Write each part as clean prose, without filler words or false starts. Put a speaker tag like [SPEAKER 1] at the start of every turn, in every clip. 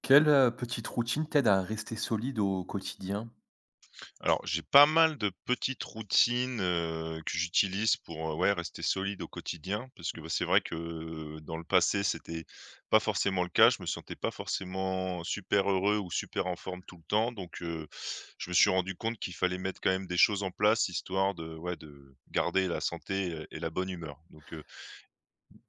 [SPEAKER 1] Quelle, petite routine t'aide à rester solide au quotidien?
[SPEAKER 2] Alors, j'ai pas mal de petites routines, que j'utilise pour, ouais, rester solide au quotidien parce que, bah, c'est vrai que dans le passé, c'était pas forcément le cas. Je me sentais pas forcément super heureux ou super en forme tout le temps donc je me suis rendu compte qu'il fallait mettre quand même des choses en place histoire de, ouais, de garder la santé et la bonne humeur donc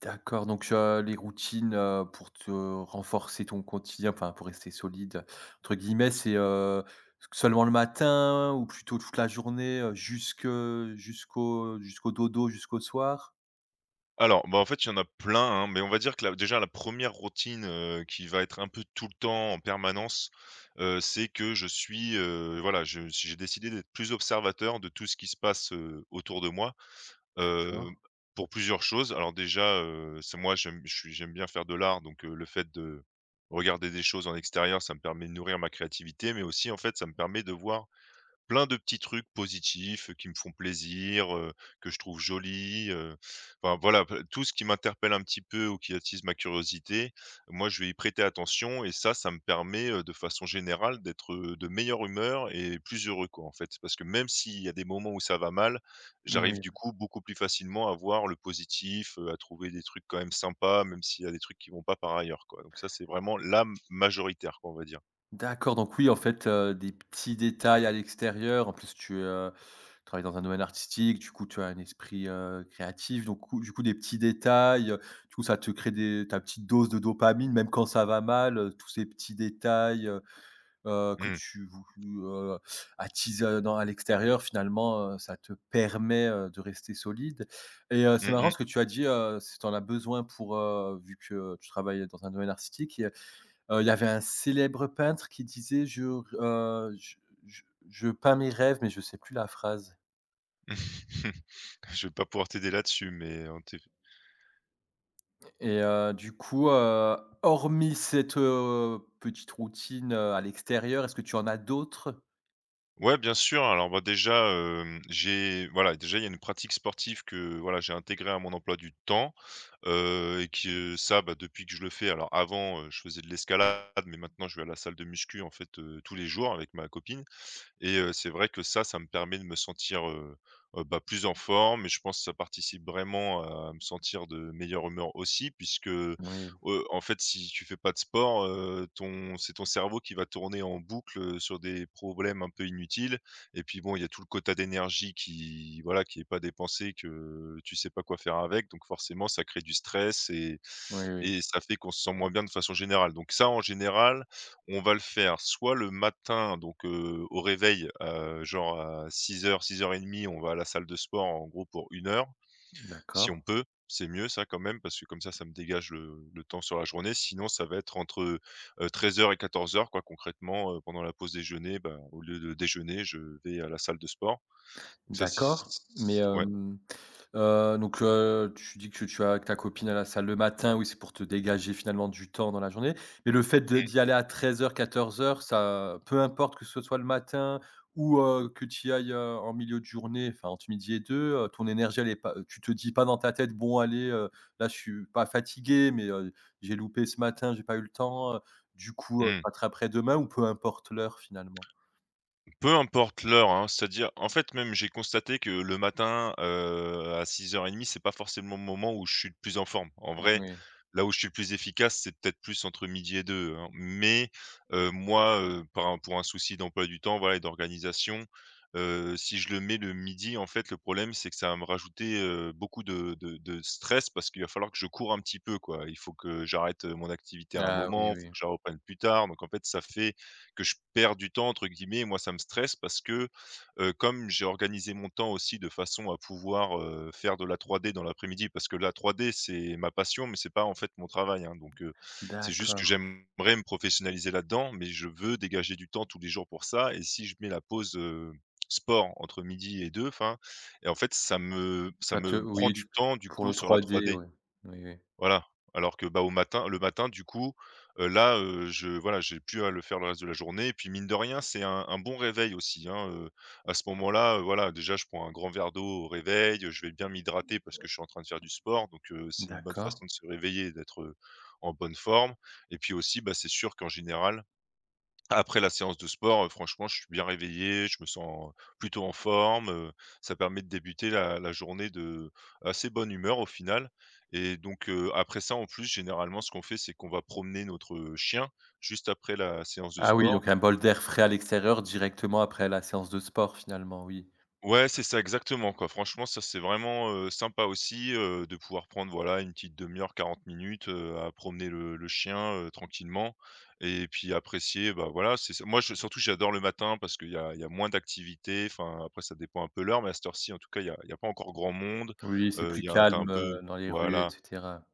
[SPEAKER 1] D'accord, donc les routines, pour te renforcer ton quotidien, enfin pour rester «solide» entre guillemets, c'est, seulement le matin ou plutôt toute la journée, jusque jusqu'au jusqu'au dodo, jusqu'au soir?
[SPEAKER 2] Alors, bah, en fait, il y en a plein, hein, mais on va dire que la déjà la première routine, qui va être un peu tout le temps en permanence, c'est que je suis, voilà, je si j'ai décidé d'être plus observateur de tout ce qui se passe, autour de moi,
[SPEAKER 1] D'accord.
[SPEAKER 2] heu, pour plusieurs choses. Alors déjà, c'est moi j'aime je suis j'aime bien faire de l'art, donc le fait de regarder des choses en extérieur, ça me permet de nourrir ma créativité, mais aussi, en fait, ça me permet de voir plein de petits trucs positifs, qui me font plaisir, que je trouve jolis, enfin voilà, p tout ce qui m'interpelle un petit peu ou qui attise ma curiosité, moi je vais y prêter attention et ça me permet, de façon générale d'être, de meilleure humeur et plus heureux quoi, en fait. Parce que même s'il y a des moments où ça va mal, j'arrive
[SPEAKER 1] Moui.
[SPEAKER 2] du coup beaucoup plus facilement à voir le positif, à trouver des trucs quand même sympas, même s'il y a des trucs qui vont pas par ailleurs quoi. Donc ça, c'est vraiment la majoritaire quoi, on va dire.
[SPEAKER 1] D'accord, donc oui, en fait, des petits détails à l'extérieur. En plus, tu travailles dans un domaine artistique, du coup, tu as un esprit, créatif, donc coup du coup, des petits détails, du coup, ça te crée des ta petite dose de dopamine, même quand ça va mal, tous ces petits détails, que
[SPEAKER 2] Mmh.
[SPEAKER 1] tu vou attises, dans à l'extérieur finalement, ça te permet, de rester solide et c'est
[SPEAKER 2] Mmh
[SPEAKER 1] marrant
[SPEAKER 2] mh.
[SPEAKER 1] ce que tu as dit, si tu en as besoin pour, vu que tu travailles dans un domaine artistique et il y avait un célèbre peintre qui disait: je je je peins mes rêves», mais je sais plus la phrase
[SPEAKER 2] Je vais pas pouvoir t'aider là-dessus, mais en té
[SPEAKER 1] et du coup, hormis cette, petite routine, à l'extérieur, est-ce que tu en as d'autres?
[SPEAKER 2] ouais, bien sûr. Alors, bah, déjà, déjà, il y a une pratique sportive que, voilà, j'ai intégrée à mon emploi du temps, et que ça, bah, depuis que je le fais je faisais de l'escalade, mais maintenant je vais à la salle de muscu, en fait, tous les jours avec ma copine. Et c'est vrai que ça me permet de me sentir, bah, plus en forme et je pense que ça participe vraiment à me sentir de meilleure humeur aussi puisque,
[SPEAKER 1] Oui,
[SPEAKER 2] en fait, si tu fais pas de sport, ton c'est ton cerveau qui va tourner en boucle, sur des problèmes un peu inutiles et puis bon, il y a tout le quota d'énergie qui voilà, qui est pas dépensé, que tu sais pas quoi faire avec donc forcément ça crée du stress et
[SPEAKER 1] oui, oui.
[SPEAKER 2] et ça fait qu'on se sent moins bien de façon générale donc ça, en général, on va le faire soit le matin, donc au réveil, genre à 06:00-06:30, on va à la salle de sport en gros pour une heure, si
[SPEAKER 1] D'accord.
[SPEAKER 2] on peut. C'est mieux ça quand même parce que comme ça me dégage le temps sur la journée. Sinon, ça va être entre 13 heures et 14 heures, quoi concrètement, pendant la pause déjeuner, bah, au lieu de déjeuner, je vais à la salle de sport. Donc ça c
[SPEAKER 1] D'accord, mais
[SPEAKER 2] Ouais.
[SPEAKER 1] hem, donc tu dis que tu vas avec ta copine à la salle le matin, oui, c'est pour te dégager finalement du temps dans la journée, mais le fait de d'y aller à 13 heures, 14 heures, ça peu importe que ce soit le matin ou que tu y ailles, en milieu de journée, enfin entre midi et deux, ton énergie elle est pas tu te dis pas dans ta tête: «Bon allez, là je suis pas fatigué, mais j'ai loupé ce matin, j'ai pas eu le temps, du coup, je
[SPEAKER 2] Mmh.
[SPEAKER 1] rattraperai demain» ou peu importe l'heure finalement?
[SPEAKER 2] Peu importe l'heure, hein, c'est-à-dire en fait, même j'ai constaté que le matin, à 6:30, c'est pas forcément le moment où je suis le plus en forme. En vrai,
[SPEAKER 1] Oui.
[SPEAKER 2] là où je suis le plus efficace, c'est peut-être plus entre midi et deux, hein. Mais par un pour un souci d'emploi du temps, voilà et d'organisation, si je le mets le midi, en fait, le problème, c'est que ça va me rajouter, beaucoup de stress parce qu'il va falloir que je cours un petit peu, quoi. Il faut que j'arrête, mon activité à un
[SPEAKER 1] Ah oui,
[SPEAKER 2] moment, il faut
[SPEAKER 1] oui.
[SPEAKER 2] que je la reprenne plus tard, donc en fait, ça fait que je perds du temps entre guillemets et moi ça me stresse parce que, comme j'ai organisé mon temps aussi de façon à pouvoir, faire de la 3D dans l'après-midi parce que la 3D c'est ma passion, mais c'est pas en fait mon travail, hein, donc c'est juste
[SPEAKER 1] D'accord.
[SPEAKER 2] que j'aimerais me professionnaliser là-dedans, mais je veux dégager du temps tous les jours pour ça et si je mets la pause, sport entre midi et deux enfin et en fait ça
[SPEAKER 1] Ça te
[SPEAKER 2] me prend
[SPEAKER 1] oui,
[SPEAKER 2] du
[SPEAKER 1] tu
[SPEAKER 2] temps du
[SPEAKER 1] pour le
[SPEAKER 2] coup sur la
[SPEAKER 1] 3D,
[SPEAKER 2] 3D.
[SPEAKER 1] ouais. Oui, oui.
[SPEAKER 2] Voilà, alors que, bah, au matin le matin du coup, j'ai plus à le faire le reste de la journée et puis mine de rien, c'est un bon réveil aussi, hein, à ce moment-là, voilà, déjà je prends un grand verre d'eau au réveil, je vais bien m'hydrater parce que je suis en train de faire du sport donc c'est une bonne
[SPEAKER 1] D'accord.
[SPEAKER 2] façon de se réveiller et d'être, en bonne forme et puis aussi, bah, c'est sûr qu'en général, après la séance de sport, franchement, je suis bien réveillé, je me sens plutôt en forme, ça permet de débuter la journée de assez bonne humeur au final et donc après ça, en plus, généralement, ce qu'on fait, c'est qu'on va promener notre chien juste après la séance de
[SPEAKER 1] Ah oui,
[SPEAKER 2] sport.
[SPEAKER 1] donc un bol d'air frais à l'extérieur directement après la séance de sport finalement, oui.
[SPEAKER 2] Ouais, c'est ça, exactement, quoi. Franchement, ça, c'est vraiment, sympa aussi, de pouvoir prendre, voilà, une petite demi heure, 40 minutes, à promener le chien, tranquillement et puis apprécier, bah, voilà, c'est ça. Moi, je surtout, j'adore le matin parce qu'il y a moins d'activités. Enfin, après, ça dépend un peu l'heure, mais à cette heure-ci, en tout cas, il y a pas encore grand monde.
[SPEAKER 1] Oui, c'est
[SPEAKER 2] Il
[SPEAKER 1] plus
[SPEAKER 2] y a t'as
[SPEAKER 1] calme,
[SPEAKER 2] un peu
[SPEAKER 1] dans les rues et
[SPEAKER 2] voilà.
[SPEAKER 1] cetera.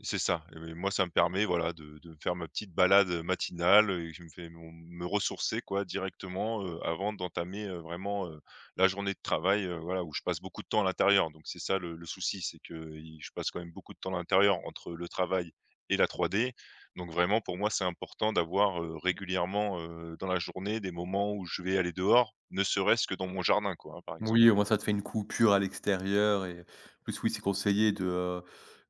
[SPEAKER 2] C'est ça et moi, ça me permet, voilà, de me faire ma petite balade, matinale, et je me fais mon me ressourcer, quoi, directement, avant d'entamer, vraiment, la journée de travail, voilà, où je passe beaucoup de temps à l'intérieur. Donc c'est ça le souci, c'est qu'il je passe quand même beaucoup de temps à l'intérieur entre le travail et la 3D. Donc vraiment, pour moi, c'est important d'avoir, régulièrement, dans la journée, des moments où je vais aller dehors, ne serait-ce que dans mon jardin, quoi, hein, par exemple.
[SPEAKER 1] Oui, au moins ça te fait une coupure à l'extérieur et en plus oui, c'est conseillé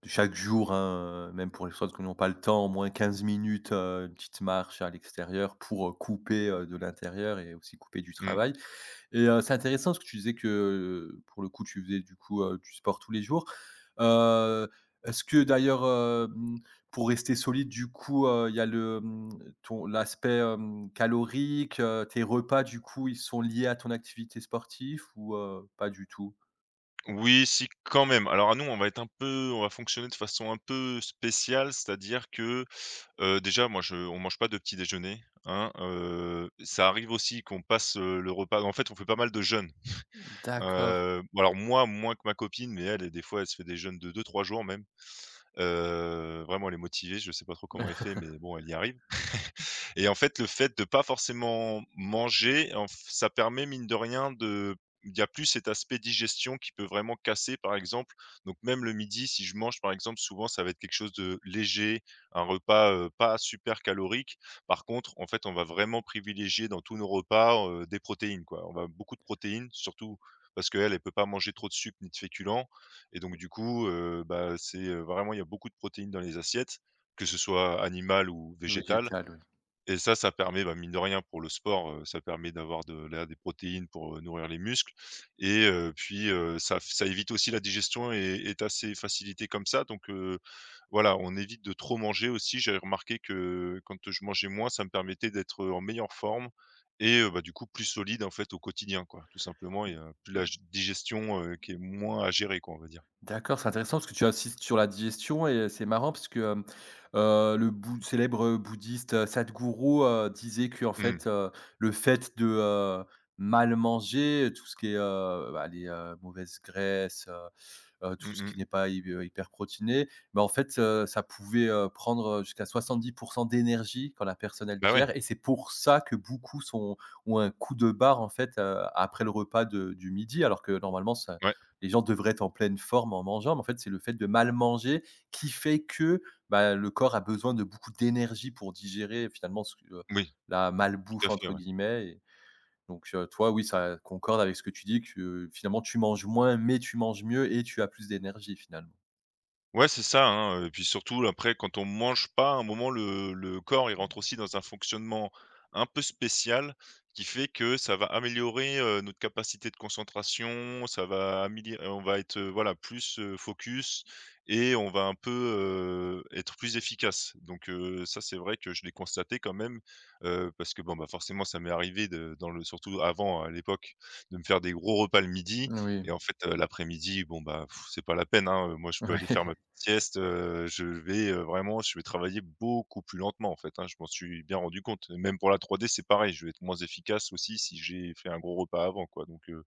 [SPEAKER 1] de chaque jour, hein, même pour les personnes qui n'ont pas le temps, au moins 15 minutes, une petite marche à l'extérieur pour, couper, de l'intérieur et aussi couper du
[SPEAKER 2] Mmh.
[SPEAKER 1] travail. Et c'est intéressant parce que tu disais que, pour le coup, tu faisais du coup, du sport tous les jours. Heu, est-ce que d'ailleurs, hem, pour rester solide du coup, il y a le, mmh, ton l'aspect, hem, calorique, tes repas du coup, ils sont liés à ton activité sportive ou pas du tout?
[SPEAKER 2] Oui, si, quand même. Alors, à nous, on va être un peu on va fonctionner de façon un peu spéciale, c'est-à-dire que, déjà, moi, je on mange pas de petit déjeuner, hein, ça arrive aussi qu'on passe, le repas en fait, on fait pas mal de jeûnes.
[SPEAKER 1] D'accord,
[SPEAKER 2] Bon, alors moi, moins que ma copine, mais elle, des fois, elle se fait des jeûnes de deux, trois jours même. Vraiment, elle est motivée, je sais pas trop comment elle fait, mais bon, elle y arrive. Et en fait, le fait de pas forcément manger, en f ça permet mine de rien de il y a plus cet aspect digestion qui peut vraiment casser, par exemple. Donc même le midi, si je mange, par exemple, souvent ça va être quelque chose de léger, un repas, pas super calorique. Par contre, en fait, on va vraiment privilégier dans tous nos repas, des protéines, quoi. On va beaucoup de protéines, surtout parce qu'elle, elle peut pas manger trop de sucre ni de féculents et donc du coup, bah, c'est, vraiment il y a beaucoup de protéines dans les assiettes, que ce soit animales ou végétales.
[SPEAKER 1] végétal, oui.
[SPEAKER 2] Et ça permet, bah, mine de rien pour le sport, ça permet d'avoir de la des protéines pour, nourrir les muscles et ça évite aussi la digestion et est assez facilité comme ça donc voilà, on évite de trop manger aussi. J'avais remarqué que quand je mangeais moins, ça me permettait d'être en meilleure forme et bah, du coup plus solide en fait au quotidien quoi, tout simplement et plus la g digestion, qui est moins à gérer quoi, on va dire.
[SPEAKER 1] D'accord, c'est intéressant parce que tu insistes sur la digestion et c'est marrant parce que, hem, le bou célèbre bouddhiste, Sadhguru, disait qu'en
[SPEAKER 2] Mmh.
[SPEAKER 1] fait, le fait de, mal manger, tout ce qui est, bah, les, mauvaises graisses, tout
[SPEAKER 2] Mmh
[SPEAKER 1] ce qui
[SPEAKER 2] mh.
[SPEAKER 1] n'est pas hy- hyper protéiné, bah, en fait, ça pouvait, prendre, jusqu'à 70 d'énergie quand la personne elle
[SPEAKER 2] Bah, ouais.
[SPEAKER 1] digère et c'est pour ça que beaucoup sont ont un coup de barre en fait, après le repas de du midi alors que normalement ça
[SPEAKER 2] Ouais.
[SPEAKER 1] les gens devraient être en pleine forme en mangeant, mais en fait, c'est le fait de mal manger qui fait que, bah, le corps a besoin de beaucoup d'énergie pour digérer finalement ce que,
[SPEAKER 2] Oui,
[SPEAKER 1] la
[SPEAKER 2] tout
[SPEAKER 1] «malbouffe»
[SPEAKER 2] à fait,
[SPEAKER 1] entre
[SPEAKER 2] ouais.
[SPEAKER 1] guillemets donc, toi, oui, ça concorde avec ce que tu dis que, finalement, tu manges moins, mais tu manges mieux et tu as plus d'énergie, finalement.
[SPEAKER 2] Ouais, c'est ça, hein, puis surtout après quand on mange pas, à un moment le corps il rentre aussi dans un fonctionnement un peu spécial qui fait que ça va améliorer, notre capacité de concentration, ça va améliorer, on va être, voilà plus, focus et on va un peu, être plus efficace. Donc ça c'est vrai que je l'ai constaté quand même, parce que bon, bah, forcément ça m'est arrivé de dans le surtout avant à l'époque de me faire des gros repas le midi
[SPEAKER 1] Oui,
[SPEAKER 2] et en fait, l'après-midi, bon, bah, pff, c'est pas la peine, hein, moi, je peux aller
[SPEAKER 1] ouais,
[SPEAKER 2] faire ma petite sieste, je vais, vraiment je vais travailler beaucoup plus lentement, en fait, hein. Je m'en suis bien rendu compte. Même pour la 3D, c'est pareil, je vais être moins efficace aussi si j'ai fait un gros repas avant, quoi. Donc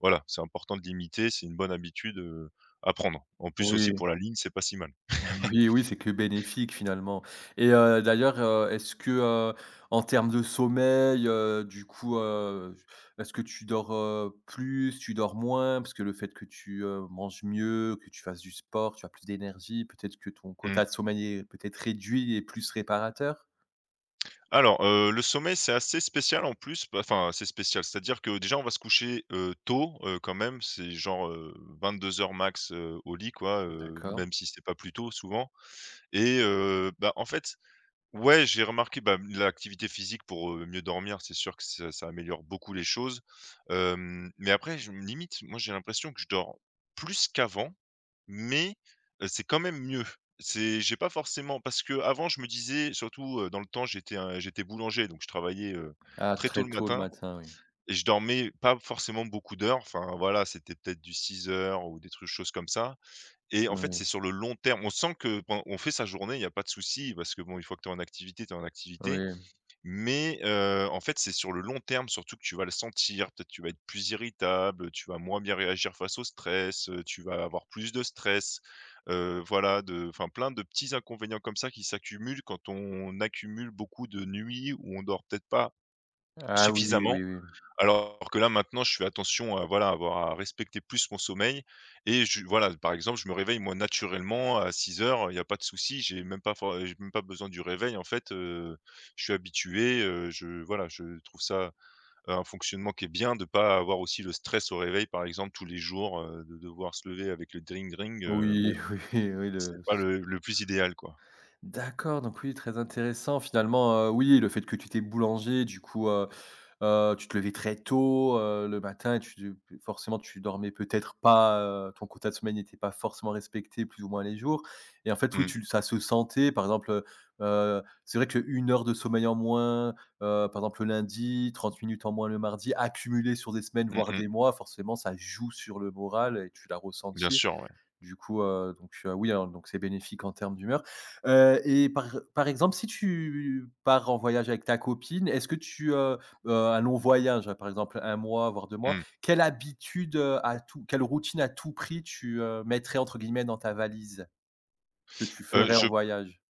[SPEAKER 2] voilà, c'est important de limiter, c'est une bonne habitude, à prendre. En plus aussi
[SPEAKER 1] oui.
[SPEAKER 2] pour la ligne, c'est pas si mal.
[SPEAKER 1] Oui, oui, c'est que bénéfique, finalement et d'ailleurs, est-ce que, heu, en termes de sommeil, du coup, est-ce que tu dors, plus, tu dors moins? Parce que le fait que tu manges mieux, que tu fasses du sport, tu as plus d'énergie, peut-être que ton
[SPEAKER 2] Mmh.
[SPEAKER 1] quota de sommeil est peut-être réduit et plus réparateur?
[SPEAKER 2] Alors, le sommeil, c'est assez spécial en plus, bah, enfin, c'est spécial, c'est-à-dire que déjà on va se coucher, tôt, quand même, c'est genre, 22:00 max, au lit quoi,
[SPEAKER 1] D'accord.
[SPEAKER 2] même si c'est pas plus tôt souvent et bah, en fait, ouais, j'ai remarqué, bah, l'activité physique pour, mieux dormir, c'est sûr que ça améliore beaucoup les choses, mais après je limite, moi j'ai l'impression que je dors plus qu'avant mais, c'est quand même mieux. C'est j'ai pas forcément parce que avant je me disais surtout, dans le temps j'étais boulanger donc je travaillais,
[SPEAKER 1] Ah,
[SPEAKER 2] très
[SPEAKER 1] très
[SPEAKER 2] tôt le
[SPEAKER 1] tôt le
[SPEAKER 2] matin
[SPEAKER 1] matin, oui.
[SPEAKER 2] et je dormais pas forcément beaucoup d'heures. Enfin voilà, c'était peut-être du 6 heures ou des trucs choses comme ça et en fait,
[SPEAKER 1] Ouais.
[SPEAKER 2] c'est sur le long terme. On sent que pen on fait sa journée, il y a pas de souci parce que bon, une fois que tu es en activité, tu es en activité
[SPEAKER 1] Oui.
[SPEAKER 2] mais, en fait, c'est sur le long terme surtout que tu vas le sentir. Peut-être tu vas être plus irritable, tu vas moins bien réagir face au stress, tu vas avoir plus de stress, voilà, de enfin plein de petits inconvénients comme ça qui s'accumulent quand on accumule beaucoup de nuits où on dort peut-être pas
[SPEAKER 1] Ah oui,
[SPEAKER 2] suffisamment
[SPEAKER 1] oui, oui.
[SPEAKER 2] alors que là, maintenant, je fais attention à voilà, avoir à respecter plus mon sommeil et je voilà, par exemple, je me réveille moi naturellement à 6 heures. Il y a pas de souci, j'ai même pas besoin du réveil en fait, je suis habitué, je voilà, je trouve ça un fonctionnement qui est bien de pas avoir aussi le stress au réveil par exemple tous les jours, de devoir se lever avec le dring dring, bon,
[SPEAKER 1] Oui, oui, oui, le
[SPEAKER 2] c'est pas le plus idéal quoi.
[SPEAKER 1] d'accord, donc oui, très intéressant finalement, oui, le fait que tu étais boulanger, du coup, tu te levais très tôt, le matin et tu forcément tu dormais peut-être pas, ton quota de sommeil n'était pas forcément respecté plus ou moins les jours et en fait, oui,
[SPEAKER 2] Mmh.
[SPEAKER 1] tu ça se sentait par exemple, c'est vrai qu'1 heure de sommeil en moins, par exemple, le lundi, 30 minutes en moins le mardi, accumulé sur des semaines,
[SPEAKER 2] Mmh
[SPEAKER 1] voire
[SPEAKER 2] mh.
[SPEAKER 1] des mois, forcément ça joue sur le moral et tu l'as
[SPEAKER 2] Bien
[SPEAKER 1] ressenti.
[SPEAKER 2] sûr, ouais.
[SPEAKER 1] Du coup, donc oui, alors donc c'est bénéfique en termes d'humeur, et par par exemple, si tu pars en voyage avec ta copine, est-ce que tu un long voyage, hein, par exemple un mois, voire 2 mois,
[SPEAKER 2] Mmh.
[SPEAKER 1] quelle habitude, à tout quelle routine à tout prix tu mettrais entre guillemets dans ta valise? Que tu ferais en
[SPEAKER 2] Je
[SPEAKER 1] voyage?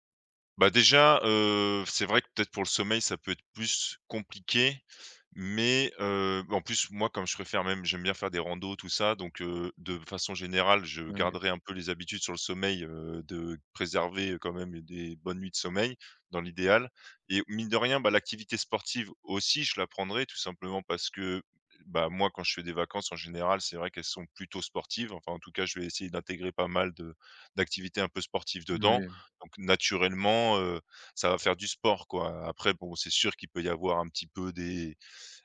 [SPEAKER 2] Bah, déjà, c'est vrai que peut-être pour le sommeil, ça peut être plus compliqué, mais en plus, moi, comme je préfère même j'aime bien faire des randos, tout ça, donc de façon générale, je
[SPEAKER 1] Oui,
[SPEAKER 2] garderai un peu les habitudes sur le sommeil, de préserver quand même des bonnes nuits de sommeil, dans l'idéal et mine de rien, bah, l'activité sportive aussi, je la prendrai tout simplement parce que, bah, moi, quand je fais des vacances, en général, c'est vrai qu'elles sont plutôt sportives. Enfin, en tout cas, je vais essayer d'intégrer pas mal de d'activités un peu sportives dedans
[SPEAKER 1] oui,
[SPEAKER 2] donc naturellement, ça va faire du sport, quoi. Après bon, c'est sûr qu'il peut y avoir un petit peu des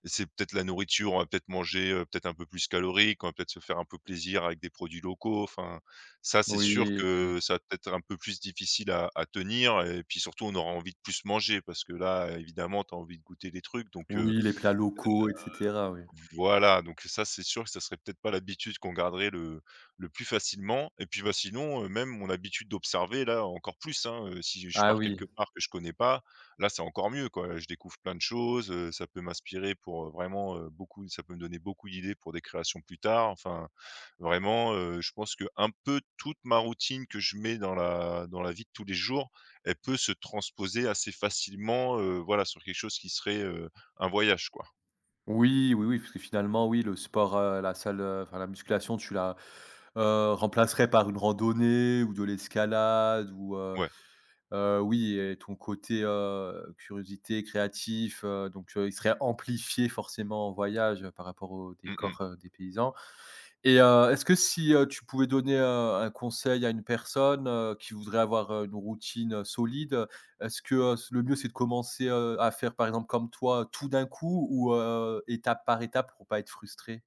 [SPEAKER 2] c'est peut-être la nourriture, on va peut-être manger, peut-être un peu plus calorique, on va peut-être se faire un peu plaisir avec des produits locaux, enfin, ça c'est
[SPEAKER 1] oui,
[SPEAKER 2] sûr
[SPEAKER 1] oui, oui.
[SPEAKER 2] que ça va peut-être être un peu plus difficile à tenir et puis surtout on aura envie de plus manger parce que là, évidemment, tu as envie de goûter des trucs donc
[SPEAKER 1] Oui, les plats locaux et cetera, oui.
[SPEAKER 2] voilà, donc ça, c'est sûr que ça serait peut-être pas l'habitude qu'on garderait le plus facilement et puis, bah, sinon, même mon habitude d'observer, là, encore plus, hein, si je
[SPEAKER 1] Ah
[SPEAKER 2] pars quelque
[SPEAKER 1] oui.
[SPEAKER 2] part que je connais pas, là, c'est encore mieux, quoi. Je découvre plein de choses, ça peut m'inspirer pour, vraiment, beaucoup ça peut me donner beaucoup d'idées pour des créations plus tard. Enfin, vraiment, je pense que un peu toute ma routine que je mets dans la vie de tous les jours, elle peut se transposer assez facilement, voilà, sur quelque chose qui serait, un voyage, quoi.
[SPEAKER 1] Oui, oui, oui, parce que finalement, oui, le sport, la salle, enfin la musculation, tu la, remplacerais par une randonnée ou de l'escalade ou
[SPEAKER 2] Ouais.
[SPEAKER 1] Oui et ton côté, curiosité, créatif, donc il serait amplifié forcément en voyage, par rapport au
[SPEAKER 2] Mmh mh.
[SPEAKER 1] décor, des paysans et est-ce que si, tu pouvais donner, un conseil à une personne, qui voudrait avoir, une routine, solide, est-ce que, le mieux, c'est de commencer, à faire, par exemple, comme toi, tout d'un coup ou étape par étape pour pas être frustré?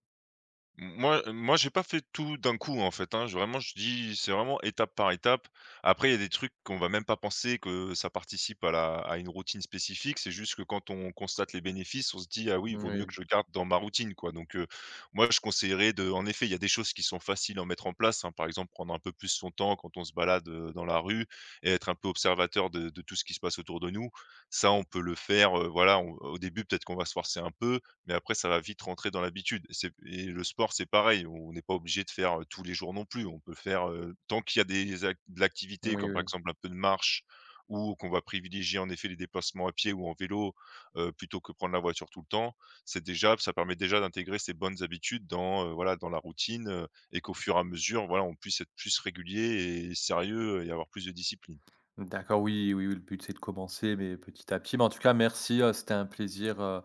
[SPEAKER 2] Moi, moi j'ai pas fait tout d'un coup, en fait, hein. Je vraiment, je dis c'est vraiment étape par étape. Après, il y a des trucs qu'on va même pas penser que ça participe à la à une routine spécifique. C'est juste que quand on constate les bénéfices, on se dit: «Ah oui, il vaut mieux
[SPEAKER 1] Moui.
[SPEAKER 2] que je le garde dans ma routine, quoi». Donc, moi je conseillerais de en effet, il y a des choses qui sont faciles à mettre en place, hein. Par exemple, prendre un peu plus son temps quand on se balade, dans la rue et être un peu observateur de tout ce qui se passe autour de nous. Ça, on peut le faire, voilà, on au début peut-être qu'on va se forcer un peu, mais après ça va vite rentrer dans l'habitude. Et le sport, c'est pareil, on n'est pas obligé de faire, tous les jours non plus. On peut faire, tant qu'il y a des ac de l'activité
[SPEAKER 1] Oui,
[SPEAKER 2] comme par
[SPEAKER 1] oui.
[SPEAKER 2] exemple un peu de marche ou qu'on va privilégier en effet les déplacements à pied ou en vélo, plutôt que prendre la voiture tout le temps, c'est déjà ça permet déjà d'intégrer ces bonnes habitudes dans, voilà, dans la routine, et qu'au fur et à mesure, voilà, on puisse être plus régulier et sérieux et avoir plus de discipline.
[SPEAKER 1] D'accord, oui, oui, oui, le but c'est de commencer, mais petit à petit. Mais en tout cas, merci, c'était un plaisir,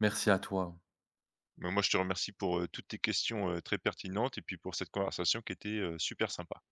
[SPEAKER 1] merci à toi.
[SPEAKER 2] Mais moi je te remercie pour, toutes tes questions, très pertinentes et puis pour cette conversation qui était, super sympa.